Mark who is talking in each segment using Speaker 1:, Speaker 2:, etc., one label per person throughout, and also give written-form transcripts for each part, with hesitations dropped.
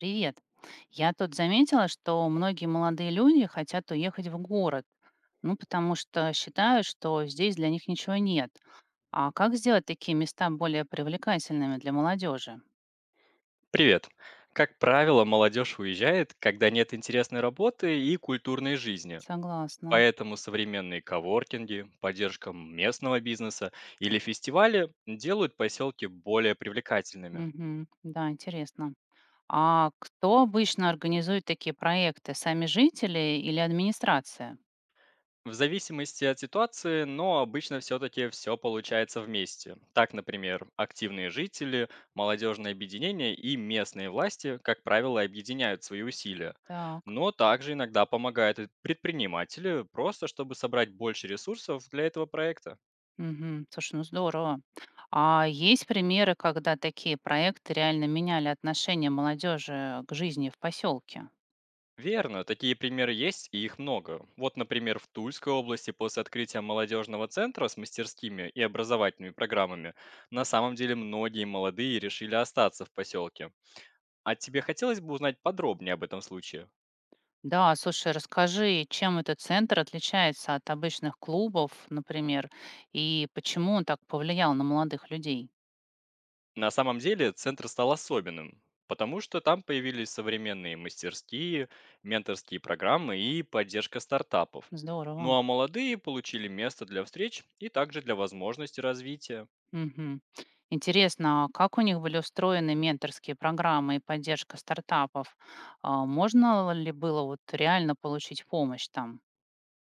Speaker 1: Привет. Я тут заметила, что многие молодые люди хотят уехать в город, ну, потому что считают, что здесь для них ничего нет. А как сделать такие места более привлекательными для молодежи?
Speaker 2: Привет. Как правило, молодежь уезжает, когда нет интересной работы и культурной жизни.
Speaker 1: Согласна.
Speaker 2: Поэтому современные коворкинги, поддержка местного бизнеса или фестивали делают поселки более привлекательными.
Speaker 1: Мгм. Да, интересно. А кто обычно организует такие проекты? Сами жители или администрация?
Speaker 2: В зависимости от ситуации, но обычно все-таки все получается вместе. Так, например, активные жители, молодежные объединения и местные власти, как правило, объединяют свои усилия.
Speaker 1: Так.
Speaker 2: Но также иногда помогают и предприниматели, просто чтобы собрать больше ресурсов для этого проекта.
Speaker 1: Мгм. Слушай, ну здорово. А есть примеры, когда такие проекты реально меняли отношение молодежи к жизни в поселке?
Speaker 2: Верно, такие примеры есть и их много. Вот, например, в Тульской области после открытия молодежного центра с мастерскими и образовательными программами на самом деле многие молодые решили остаться в поселке. А тебе хотелось бы узнать подробнее об этом случае?
Speaker 1: Да, слушай, расскажи, чем этот центр отличается от обычных клубов, например, и почему он так повлиял на молодых людей?
Speaker 2: На самом деле центр стал особенным, потому что там появились современные мастерские, менторские программы и поддержка стартапов. Ну
Speaker 1: Здорово.
Speaker 2: а молодые получили место для встреч и также для возможности развития.
Speaker 1: Мгм. Интересно, а как у них были устроены менторские программы и поддержка стартапов? А можно ли было вот реально получить помощь там?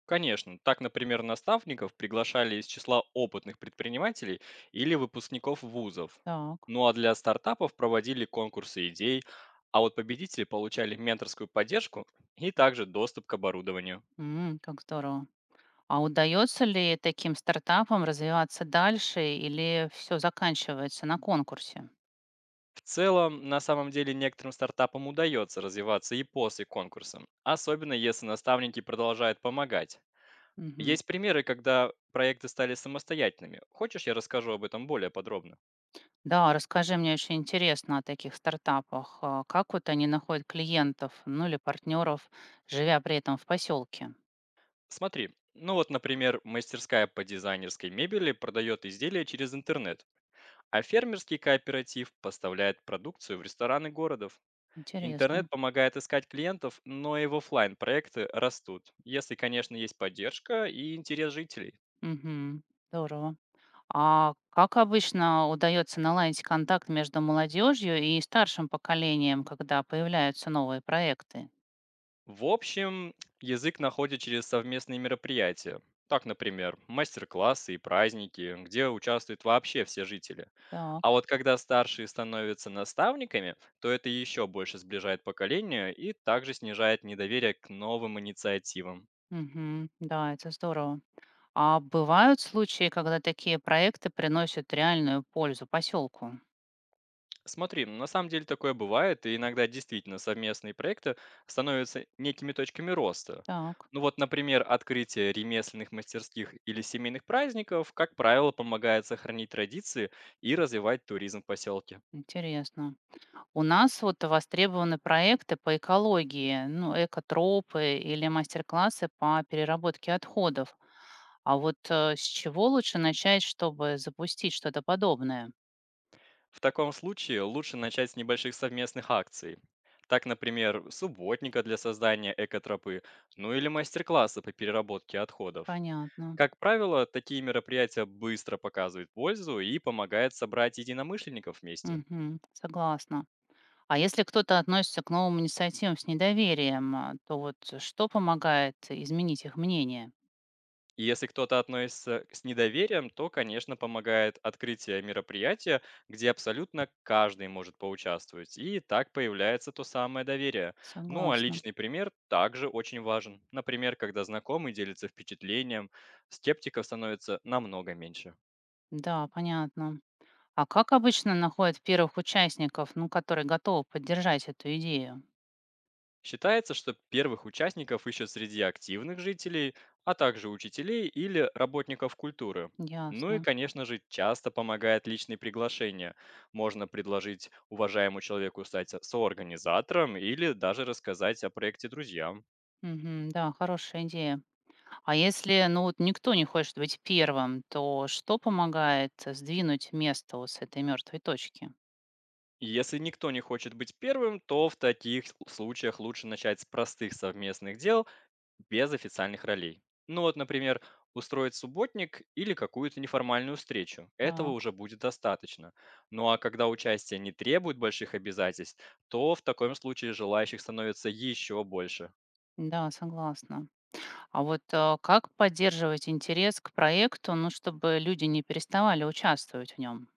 Speaker 2: Конечно, так, например, наставников приглашали из числа опытных предпринимателей или выпускников вузов.
Speaker 1: Так.
Speaker 2: Ну а для стартапов проводили конкурсы идей, а вот победители получали менторскую поддержку и также доступ к оборудованию.
Speaker 1: М, как здорово. А удается ли таким стартапам развиваться дальше или все заканчивается на конкурсе?
Speaker 2: В целом, на самом деле, некоторым стартапам удается развиваться и после конкурса, особенно если наставники продолжают помогать.
Speaker 1: Мгм.
Speaker 2: Есть примеры, когда проекты стали самостоятельными. Хочешь, я расскажу об этом более подробно?
Speaker 1: Да, расскажи, мне очень интересно о таких стартапах. А как вот они находят клиентов, ну или партнеров, живя при этом в поселке?
Speaker 2: Смотри, ну вот, например, мастерская по дизайнерской мебели продает изделия через интернет, а фермерский кооператив поставляет продукцию в рестораны городов. Интернет
Speaker 1: Интересно.
Speaker 2: помогает искать клиентов, но и офлайн проекты растут, если, конечно, есть поддержка и интерес жителей.
Speaker 1: Мгм. Здорово. А как обычно удается наладить контакт между молодежью и старшим поколением, когда появляются новые проекты?
Speaker 2: В общем, язык находит через совместные мероприятия. Так, например, мастер-классы и праздники, где участвуют вообще все жители. А
Speaker 1: Так.
Speaker 2: вот когда старшие становятся наставниками, то это еще больше сближает поколение и также снижает недоверие к новым инициативам.
Speaker 1: Мгм. Да, это здорово. А бывают случаи, когда такие проекты приносят реальную пользу поселку?
Speaker 2: Смотри, ну, на самом деле такое бывает, и иногда действительно совместные проекты становятся некими точками роста.
Speaker 1: Так,
Speaker 2: Ну вот, например, открытие ремесленных мастерских или семейных праздников, как правило, помогает сохранить традиции и развивать туризм в поселке.
Speaker 1: интересно. У нас вот востребованы проекты по экологии, ну, экотропы или мастер-классы по переработке отходов. А вот с чего лучше начать, чтобы запустить что-то подобное?
Speaker 2: В таком случае лучше начать с небольших совместных акций. Так, например, субботника для создания экотропы, ну или мастер-класса по переработке отходов.
Speaker 1: Понятно.
Speaker 2: Как правило, такие мероприятия быстро показывают пользу и помогают собрать единомышленников вместе.
Speaker 1: Мгм. Согласна. А если кто-то относится к новым инициативам с недоверием, то вот что помогает изменить их мнение?
Speaker 2: И если кто-то относится с недоверием, то, конечно, помогает открытие мероприятия, где абсолютно каждый может поучаствовать. И так появляется то самое доверие. Ну а
Speaker 1: Согласна.
Speaker 2: личный пример также очень важен. Например, когда знакомый делится впечатлением, скептиков становится намного меньше.
Speaker 1: Да, понятно. А как обычно находят первых участников, ну, которые готовы поддержать эту идею?
Speaker 2: Считается, что первых участников ищут среди активных жителей, а также учителей или работников культуры. Ну
Speaker 1: Ясно.
Speaker 2: и, конечно же, часто помогает личное приглашение. Можно предложить уважаемому человеку стать соорганизатором или даже рассказать о проекте друзьям.
Speaker 1: Мгм, да, хорошая идея. А если, ну, вот никто не хочет быть первым, то что помогает сдвинуть место вот с этой мертвой точки?
Speaker 2: Если никто не хочет быть первым, то в таких случаях лучше начать с простых совместных дел без официальных ролей. Ну вот, например, устроить субботник или какую-то неформальную встречу. Этого
Speaker 1: Так,
Speaker 2: уже будет достаточно. Ну а когда участие не требует больших обязательств, то в таком случае желающих становится еще больше.
Speaker 1: да, согласна. А вот как поддерживать интерес к проекту, ну, чтобы люди не переставали участвовать в нем?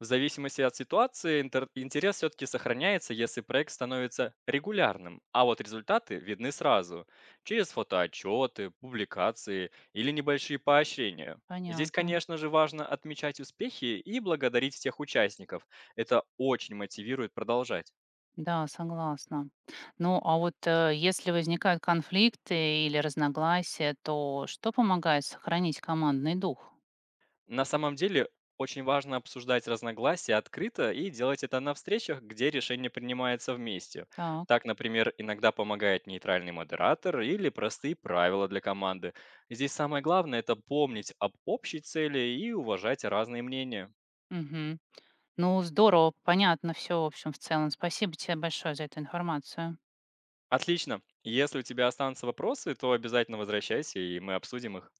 Speaker 2: В зависимости от ситуации интерес все-таки сохраняется, если проект становится регулярным, а вот результаты видны сразу через фотоотчеты, публикации или небольшие поощрения. Здесь,
Speaker 1: Понятно.
Speaker 2: конечно же, важно отмечать успехи и благодарить всех участников. Это очень мотивирует продолжать.
Speaker 1: Да, согласна. Ну, а вот если возникают конфликты или разногласия, то что помогает сохранить командный дух?
Speaker 2: На самом деле очень важно обсуждать разногласия открыто и делать это на встречах, где решение принимается вместе.
Speaker 1: Так.
Speaker 2: Так, например, иногда помогает нейтральный модератор или простые правила для команды. Здесь самое главное – это помнить об общей цели и уважать разные мнения.
Speaker 1: Мгм. Ну, здорово, понятно все, в общем, в целом. Спасибо тебе большое за эту информацию.
Speaker 2: Отлично. Если у тебя останутся вопросы, то обязательно возвращайся, и мы обсудим их.